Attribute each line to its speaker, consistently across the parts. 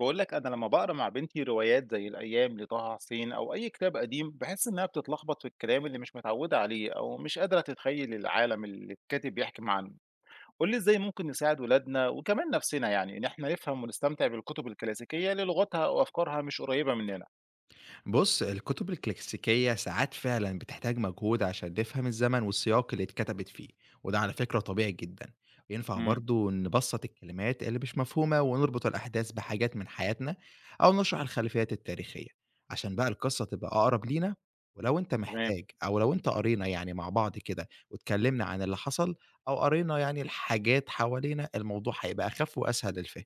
Speaker 1: باقول لك أنا لمّا باقرا مع بنتي روايات زي الأيام لطه حسين أو أي كتاب قديم، باحس إنها بتتلخبط في الكلام اللي مش متعودة عليه أو مش قادرة تتخيل العالم اللي الكاتب بيحكي عنه. قُل لي إزاي ممكن نساعد ولادنا وكمان نفسنا يعني إن إحنا نفهم ونستمتع بالكتب الكلاسيكية اللي لغتها وأفكارها مش قريبة مننا؟
Speaker 2: بُص، الكتب الكلاسيكية ساعات فعلًا بتحتاج مجهود عشان نفهم الزمن والسياق اللي اتكتبت فيه، وده على فكرة طبيعي جدًا. ينفع
Speaker 1: إمم،
Speaker 2: برضه نبسط الكلمات اللي مش مفهومة ونربط الأحداث بحاجات من حياتنا أو نشرح الخلفيات التاريخية، عشان بقى القصة تبقى أقرب لينا. ولو أنت
Speaker 1: تمام.
Speaker 2: محتاج أو لو أنت قرينا مع بعض كده واتكلمنا عن اللي حصل أو قرينا الحاجات حوالينا، الموضوع هيبقى أخف وأسهل للفهم.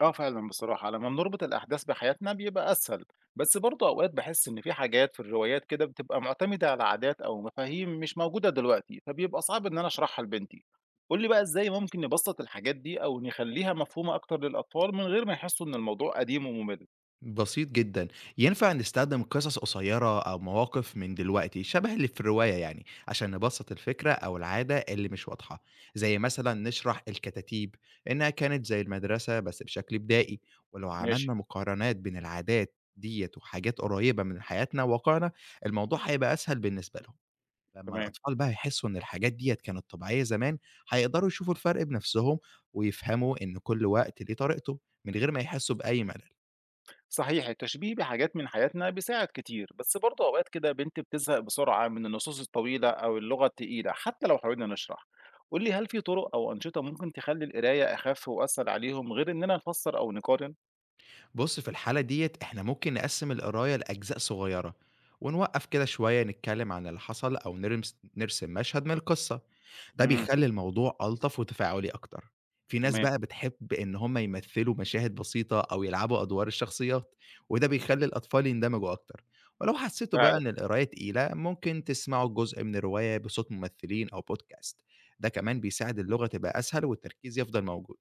Speaker 1: آه فعلًا بصراحة، لمّا بنربط الأحداث بحياتنا بيبقى أسهل، بس برضه أوقات باحس إن في حاجات في الروايات كده بتبقى معتمدة على عادات أو مفاهيم مش موجودة دلوقتي، فبيبقى صعب إن أنا أشرحها لبنتي. قُل لي بقى إزاي ممكن نبسّط الحاجات دي أو نخلّيها مفهومة أكتر للأطفال من غير ما يحسّوا إن الموضوع قديم ومُمِل؟
Speaker 2: بسيط جدًا، ينفع نستخدم قصص قصيرة أو مواقف من دلوقتي شبه اللي في الرواية يعني، عشان نبسط الفكرة أو العادة اللي مش واضحة، زي مثلًا نشرح الكتاتيب إنها كانت زي المدرسة بس بشكل بدائي، ولو
Speaker 1: ماشي،
Speaker 2: عملنا مقارنات بين العادات ديّة وحاجات قريبة من حياتنا وواقعنا، الموضوع هيبقى أسهل بالنسبة لهم، لمّا
Speaker 1: تمام.
Speaker 2: الأطفال بقى يحسوا إن الحاجات ديّة كانت طبيعية زمان، هيقدروا يشوفوا الفرق بنفسهم ويفهموا إن كل وقت ليه طريقته، من غير ما يحسوا بأي ملل.
Speaker 1: صحيح التشبيه بحاجات من حياتنا بيساعد كتير، بس برضه أوقات كده بنت بتزهق بسرعة من النصوص الطويلة أو اللغة التقيلة حتى لو حاولنا نشرح. قولي هل في طرق أو أنشطة ممكن تخلي القراية أخف وأسهل عليهم غير إننا نفسر أو نقارن؟
Speaker 2: بُص، في الحالة ديّة إحنا ممكن نقسّم القراية لأجزاء صغيّرة، ونوقّف كده شوية نتكلّم عن اللي حصل أو نرسم مشهد من القصة، ده
Speaker 1: امم.
Speaker 2: بيخلّي الموضوع ألطف وتفاعلي أكتر. في ناس
Speaker 1: تمام.
Speaker 2: بقى بتحب إن هم يمثّلوا مشاهد بسيطة أو يلعبوا أدوار الشخصيات، وده بيخلّي الأطفال يندمجوا أكتر. ولو حسّيتوا بقى
Speaker 1: فعلا.
Speaker 2: إن القراية تقيلة، ممكن تسمعوا جزء من الرواية بصوت ممثّلين أو podcast، ده كمان بيساعد اللغة تبقى أسهل والتركيز يفضل موجود.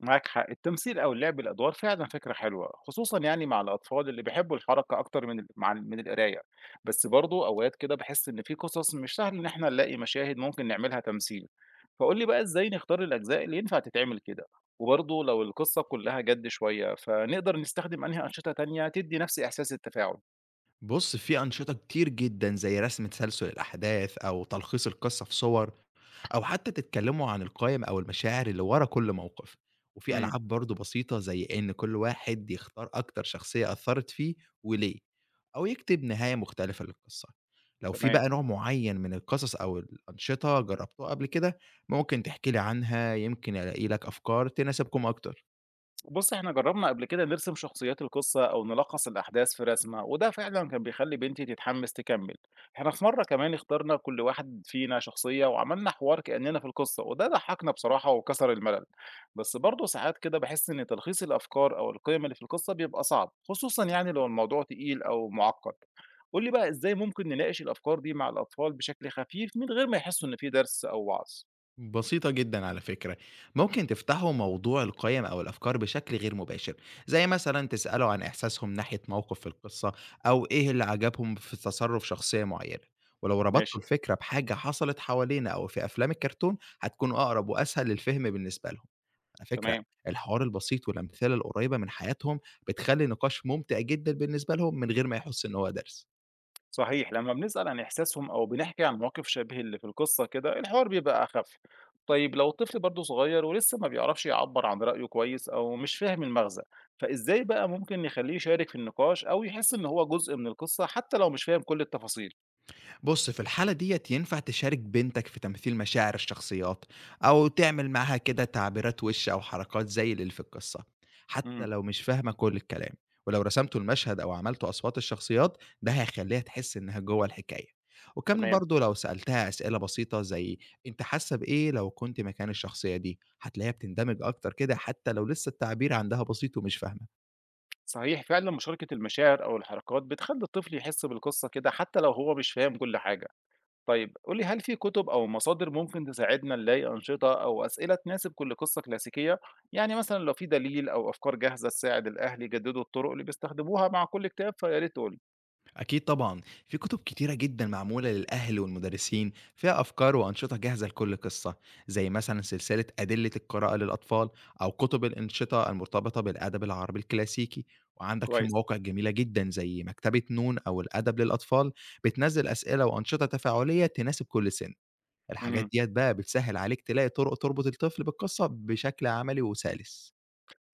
Speaker 1: معاك حق، التمثيل او اللعب الادوار فعلا فكره حلوه، خصوصا يعني مع الاطفال اللي بيحبوا الحركه اكتر من ال- مع ال- من القرايه. بس برضو اوقات كده بحس ان في قصص مش سهل ان احنا نلاقي مشاهد ممكن نعملها تمثيل. فقول لي بقى ازاي نختار الاجزاء اللي ينفع تتعمل كده، وبرضو لو القصه كلها جد شويه فنقدر نستخدم انهي انشطه تانية تدي نفس احساس التفاعل.
Speaker 2: بُص، في أنشطة كتير جدًا زي رسم تسلسل الأحداث أو تلخيص القصة في صور أو حتى تتكلموا عن القيم أو المشاعر اللي ورا كل موقف، وفي
Speaker 1: امم.
Speaker 2: ألعاب برضه بسيطة زي إن كل واحد يختار أكتر شخصية أثّرت فيه وليه، أو يكتب نهاية مختلفة للقصة. لو في
Speaker 1: تمام.
Speaker 2: بقى نوع معين من القصص أو الأنشطة جربتوها قبل كده، ممكن تحكي لي عنها يمكن ألاقي لك أفكار تناسبكم أكتر.
Speaker 1: بُص، إحنا جرّبنا قبل كده نرسم شخصيات القصة أو نلخّص الأحداث في رسمة، وده فعلًا كان بيخلّي بنتي تتحمّس تكمّل. إحنا في مرّة كمان اخترنا كل واحد فينا شخصية وعملنا حوار كإننا في القصة، وده ضحّكنا بصراحة وكسر الملل. بس برضه ساعات كده باحس إن تلخيص الأفكار أو القِيَم اللي في القصة بيبقى صعب، خصوصًا يعني لو الموضوع تقيل أو مُعقّد. قُل لي بقى إزاي ممكن نناقش الأفكار دي مع الأطفال بشكل خفيف من غير ما يحسّوا إن في درس أو وعظ؟
Speaker 2: بسيطة جدًا على فكرة، ممكن تفتحوا موضوع القيم أو الأفكار بشكل غير مباشر، زي مثلًا تسألوا عن إحساسهم ناحية موقف في القصة، أو إيه اللي عجبهم في تصرُّف شخصية معينة، ولو
Speaker 1: ماشي،
Speaker 2: ربطتوا الفكرة بحاجة حصلت حوالينا أو في أفلام الكرتون، هتكون أقرب وأسهل للفهم بالنسبة لهم. على فكرة،
Speaker 1: تمام.
Speaker 2: الحوار البسيط والأمثلة القريبة من حياتهم بتخلّي النقاش ممتع جدًا بالنسبة لهم من غير ما يحسّوا إن هو درس.
Speaker 1: صحيح، لما بنسأل عن إحساسهم أو بنحكي عن مواقف شبه اللي في القصة كده الحوار بيبقى أخف. طيب لو الطفل برضه صغير ولسه ما بيعرفش يعبر عن رأيه كويس أو مش فاهم المغزى، فإزاي بقى ممكن نخليه يشارك في النقاش أو يحس إن هو جزء من القصة حتى لو مش فاهم كل التفاصيل؟
Speaker 2: بُص، في الحالة ديّة ينفع تشارك بنتك في تمثيل مشاعر الشخصيات، أو تعمل معاها كده تعبيرات وِش أو حركات زي اللي في القصة، حتى
Speaker 1: امم.
Speaker 2: لو مش فاهمة كل الكلام، ولو رسمتوا المشهد أو عملتوا أصوات الشخصيات، ده هيخلّيها تحس إنها جوّه الحكاية، وكمان
Speaker 1: تمام.
Speaker 2: برضه لو سألتها أسئلة بسيطة زي أنتِ حاسة بإيه لو كنتِ مكان الشخصية دي، هتلاقيها بتندمج أكتر كده حتى لو لسه التعبير عندها بسيط ومش فاهمة.
Speaker 1: صحيح، فعلا مشاركة المشاعر أو الحركات بتخلي الطفل يحس بالقصة كده حتى لو هو مش فاهم كل حاجة. طيب قُل لي، هل في كُتب أو مصادر ممكن تساعدنا نلاقي أنشطة أو أسئلة تناسب كل قصة كلاسيكية؟ يعني مثلًا لو في دليل أو أفكار جاهزة تساعد الأهل يجددوا الطرق اللي بيستخدموها مع كل كتاب فيا ريت تقول لي.
Speaker 2: أكيد طبعًا، في كتب كتيرة جدًا معمولة للأهل والمدرسين فيها أفكار وأنشطة جاهزة لكل قصة، زي مثلًا سلسلة أدلة القراءة للأطفال أو كتب الأنشطة المرتبطة بالأدب العربي الكلاسيكي، وعندك في
Speaker 1: كويس.
Speaker 2: مواقع جميلة جدًا زي مكتبة نون أو الأدب للأطفال بتنزّل أسئلة وأنشطة تفاعلية تناسب كل سن، الحاجات
Speaker 1: اهم.
Speaker 2: ديّة بقى بتسهّل عليك تلاقي طرق تربط الطفل بالقصة بشكل عملي وسلس.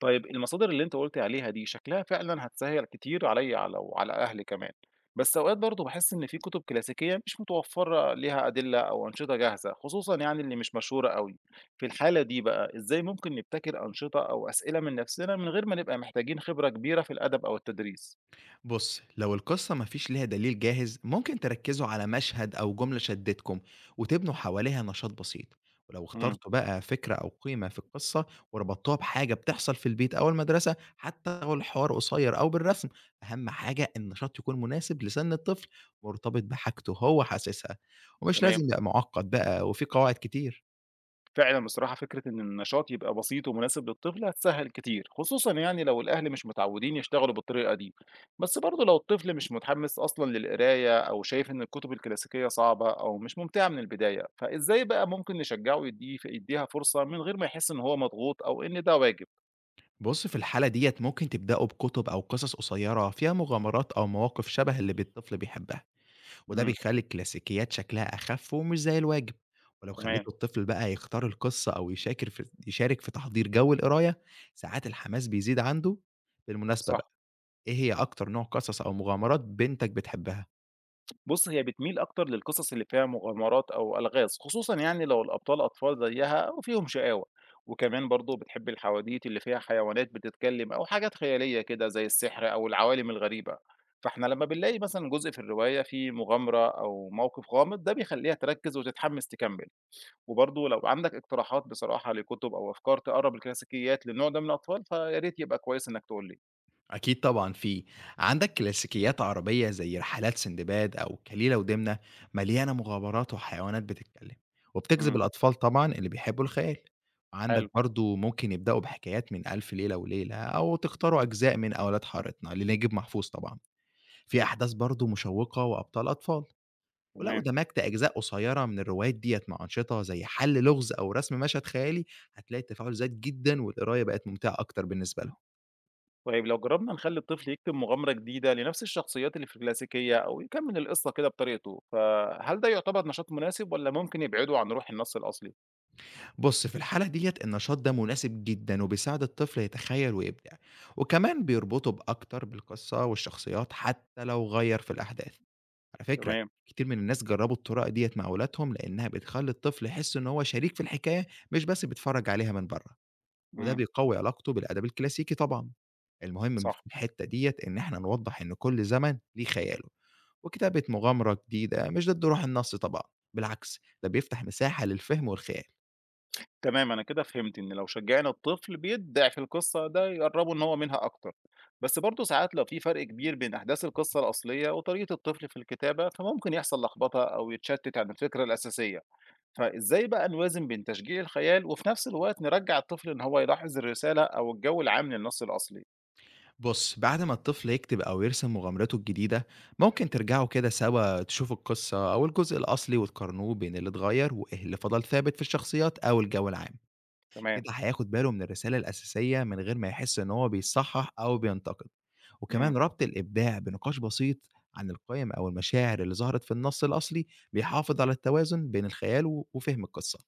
Speaker 1: طيب المصادر اللي أنت قُلت عليها دي شكلها فعلًا هتسهّل كتير عليّا على وعلى أهلي كمان، بس أوقات برضه باحس إن في كُتب كلاسيكية مش متوفّرة ليها أدلة أو أنشطة جاهزة، خصوصًا يعني اللي مش مشهورة أوي. في الحالة دي بقى إزاي ممكن نبتكر أنشطة أو أسئلة من نَفْسنا من غير ما نبقى محتاجين خبرة كبيرة في الأدب أو التدريس؟
Speaker 2: بص، لو القصة مفيش ليها دليل جاهز ممكن تركزوا على مشهد أو جملة شدتكم وتبنوا حواليها نشاط بسيط، ولو
Speaker 1: إمم،
Speaker 2: اخترتوا بقى فكرة أو قيمة في القصة وربطتوها بحاجة بتحصل في البيت أو المدرسة حتى لو الحوار قصير أو بالرسم، أهم حاجة النشاط يكون مناسب لسن الطفل، مرتبط بحاجته هو حاسسها، ومش لازم
Speaker 1: تمام.
Speaker 2: يبقى معقد بقى وفي قواعد كتير.
Speaker 1: فعلًا بصراحة فكرة إن النشاط يبقى بسيط ومناسب للطفل هتسهّل كتير، خصوصًا يعني لو الأهل مش متعودين يشتغلوا بالطريقة دي، بس برضه لو الطفل مش متحمّس أصلًا للقراية أو شايف إن الكتب الكلاسيكية صعبة أو مش ممتعة من البداية، فإزاي بقى ممكن نشجّعه يدّيها فرصة من غير ما يحس إن هو مضغوط أو إن ده واجب؟
Speaker 2: بص، في الحالة ديت ممكن تبدأوا بكتب أو قصص قصيرة فيها مغامرات أو مواقف شبه اللي الطفل بيحبها، وده
Speaker 1: إمم،
Speaker 2: بيخلّي الكلاسيكيات شكلها أخف ومش زي الواجب، ولو
Speaker 1: تمام،
Speaker 2: خلّيتوا الطفل بقى يختار القصة أو يشاكر في يشارك في تحضير جو القراية، ساعات الحماس بيزيد عنده. بالمناسبة
Speaker 1: صح.
Speaker 2: بقى، إيه هي أكتر نوع قصص أو مغامرات بنتك بتحبها؟
Speaker 1: بُص، هي بتميل أكتر للقصص اللي فيها مغامرات أو ألغاز، خصوصًا يعني لو الأبطال أطفال زيها أو فيهم شقاوة، وكمان برضه بتحب الحواديت اللي فيها حيوانات بتتكلم أو حاجات خيالية كده زي السحر أو العوالم الغريبة، فإحنا لمّا بنلاقي مثلًا جزء في الرواية فيه مغامرة أو موقف غامض، ده بيخلّيها تركّز وتتحمس تكمّل، وبرضه لو عندك اقتراحات بصراحة لكتب أو أفكار تقرّب الكلاسيكيات للنوع ده من الأطفال، فيا ريت يبقى كويس إنك تقول لي.
Speaker 2: أكيد طبعًا في، عندك كلاسيكيات عربية زي رحلات سندباد أو كليلة ودمنة مليانة مغامرات وحيوانات بتتكلم، وبتجذب
Speaker 1: إمم،
Speaker 2: الأطفال طبعًا اللي بيحبوا الخيال، وعندك
Speaker 1: حلو،
Speaker 2: برضه ممكن يبدأوا بحكايات من ألف ليلة وليلة أو تختاروا أجزاء من أولاد حارتنا لنجيب محفوظ طبعًا، في أحداث برضه مشوقة وأبطال أطفال، ولو
Speaker 1: تمام.
Speaker 2: دمجت أجزاء قصيرة من الروايات ديّة مع أنشطة زي حل لغز أو رسم مشهد خيالي هتلاقي التفاعل زاد جدًا والقراية بقت ممتعة أكتر بالنسبة لهم.
Speaker 1: طيب لو جربنا نخلي الطفل يكتب مغامرة جديدة لنفس الشخصيات اللي في الكلاسيكية أو يكمل القصة كده بطريقته، فهل ده يعتبر نشاط مناسب ولا ممكن يبعده عن روح النص الأصلي؟
Speaker 2: بص، في الحالة ديت النشاط ده مناسب جدا وبيساعد الطفل يتخيل ويبدع، وكمان بيربطه بأكتر بالقصة والشخصيات حتى لو غير في الأحداث. على فكرة،
Speaker 1: تمام،
Speaker 2: كتير من الناس جربوا الطرق ديت مع أولادهم لأنها بتخلي الطفل يحس إن هو شريك في الحكاية مش بس بيتفرج عليها من بره، وده
Speaker 1: امم،
Speaker 2: بيقوي علاقته بالأدب الكلاسيكي طبعا. المهم في
Speaker 1: صح.
Speaker 2: الحتة ديت إن إحنا نوضح إن كل زمن ليه خياله، وكتابة مغامرة جديدة مش ضد روح النص طبعا، بالعكس ده بيفتح مساحة للفهم والخيال.
Speaker 1: تمام، أنا كده فهمت إن لو شجعنا الطفل بيبدع في القصة ده يقربه إن هو منها أكتر، بس برضه ساعات لو في فرق كبير بين أحداث القصة الأصلية وطريقة الطفل في الكتابة فممكن يحصل لخبطة أو يتشتت عن الفكرة الأساسية. فإزاي بقى نوازن بين تشجيع الخيال وفي نفس الوقت نرجّع الطفل إن هو يلاحظ الرسالة أو الجو العام للنص الأصلي؟
Speaker 2: بُص، بعد ما الطفل يكتب أو يرسم مغامرته الجديدة، ممكن ترجعوا كده سوا تشوفوا القصة أو الجزء الأصلي وتقارنوه بين اللي اتغير وإيه اللي فضل ثابت في الشخصيات أو الجو العام.
Speaker 1: تمام،
Speaker 2: كده هياخد باله من الرسالة الأساسية من غير ما يحس إن هو بيصحح أو بينتقد.
Speaker 1: إمم،
Speaker 2: وكمان ربط الإبداع بنقاش بسيط عن القيم أو المشاعر اللي ظهرت في النص الأصلي بيحافظ على التوازن بين الخيال و وفهم القصة.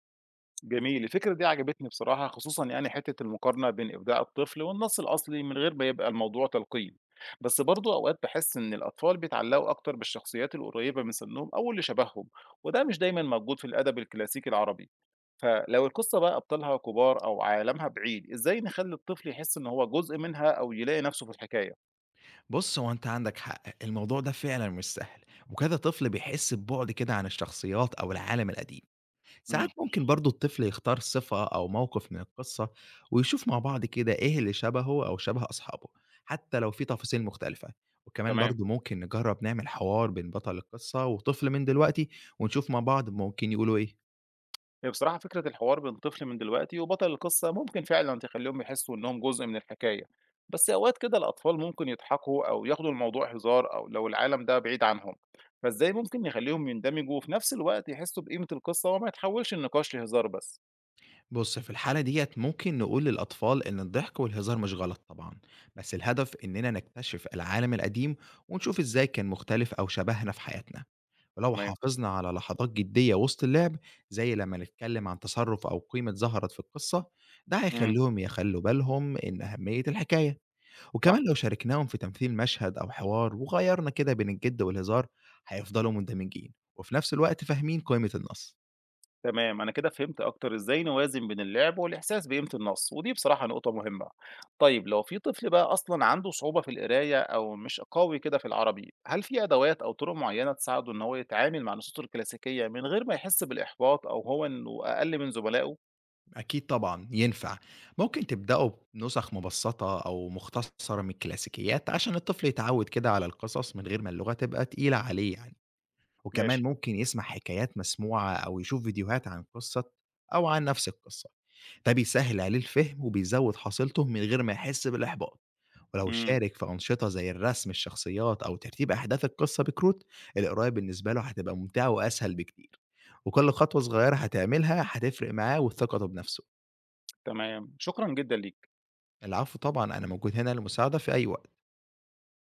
Speaker 1: جميل، الفكرة دي عجبتني بصراحة، خصوصًا يعني حتّة المقارنة بين إبداع الطفل والنص الأصلي من غير ما يبقى الموضوع تلقين، بس برضه أوقات باحس إن الأطفال بيتعلقوا أكتر بالشخصيات القريبة من سنّهم أو اللي شبههم، وده مش دايمًا موجود في الأدب الكلاسيكي العربي، فلو القصة بقى أبطالها كبار أو عالمها بعيد، إزاي نخلّي الطفل يحس إن هو جزء منها أو يلاقي نفسه في الحكاية؟
Speaker 2: بُص، هو أنت عندك حق، الموضوع ده فعلًا مش سهل، وكذا طفل بيحس ببُعد كده عن الشخصيات أو العالم القديم. ساعات
Speaker 1: إمم،
Speaker 2: ممكن برضه الطفل يختار صفة أو موقف من القصة ويشوف مع بعض كده إيه اللي شبهه أو شبه أصحابه حتى لو في تفاصيل مختلفة، وكمان
Speaker 1: تمام.
Speaker 2: برضه ممكن نجرب نعمل حوار بين بطل القصة وطفل من دلوقتي ونشوف مع بعض ممكن يقولوا إيه.
Speaker 1: هي بصراحة فكرة الحوار بين طفل من دلوقتي وبطل القصة ممكن فعلا تخليهم يحسوا إنهم جزء من الحكاية، بس أوقات كده الأطفال ممكن يضحكوا أو ياخدوا الموضوع هزار أو لو العالم ده بعيد عنهم. فإزاي ممكن نخليهم يندمجوا وفي نفس الوقت يحسوا بقيمة القصة وما يتحولش النقاش لهزار بس؟
Speaker 2: بص، في الحالة ديت ممكن نقول للأطفال إن الضحك والهزار مش غلط طبعا، بس الهدف إننا نكتشف العالم القديم ونشوف إزاي كان مختلف أو شبهنا في حياتنا. ولو
Speaker 1: تمام.
Speaker 2: حافظنا على لحظات جدية وسط اللعب زي لما نتكلم عن تصرف أو قيمة ظهرت في القصة، ده
Speaker 1: امم.
Speaker 2: هيخليهم يخلوا بالهم إن أهمية الحكاية.
Speaker 1: صح.
Speaker 2: وكمان لو شاركناهم في تمثيل مشهد أو حوار وغيرنا كده بين الجد والهزار، هيفضلوا مندمجين وفي نفس الوقت فاهمين قيمة النص.
Speaker 1: تمام، أنا كده فهمت أكتر إزاي نوازن بين اللعب والإحساس بقيمة النص، ودي بصراحة نقطة مهمة. طيب لو في طفل بقى أصلا عنده صعوبة في القراية أو مش قوي كده في العربي، هل في أدوات أو طرق معينة تساعده إن هو يتعامل مع النصوص الكلاسيكية من غير ما يحس بالإحباط أو هو إنه أقل من زملائه؟
Speaker 2: أكيد طبعا ينفع، ممكن تبدأوا بنسخ مبسطة أو مختصرة من الكلاسيكيات عشان الطفل يتعود كده على القصص من غير ما اللغة تبقى تقيلة عليه يعني، وكمان
Speaker 1: ماشي.
Speaker 2: ممكن يسمع حكايات مسموعة أو يشوف فيديوهات عن قصة أو عن نفس القصة، ده بيسهل عليه الفهم وبيزود حصيلته من غير ما يحس بالإحباط. ولو
Speaker 1: امم.
Speaker 2: شارك في أنشطة زي الرسم الشخصيات أو ترتيب أحداث القصة بكروت، القراية بالنسبة له هتبقى ممتعة وأسهل بكتير، وكل خطوة صغيرة هتعملها هتفرق معاه وثقته بنفسه.
Speaker 1: تمام، شكرا جدا ليك.
Speaker 2: العفو طبعا، أنا موجود هنا لمساعدة في أي وقت.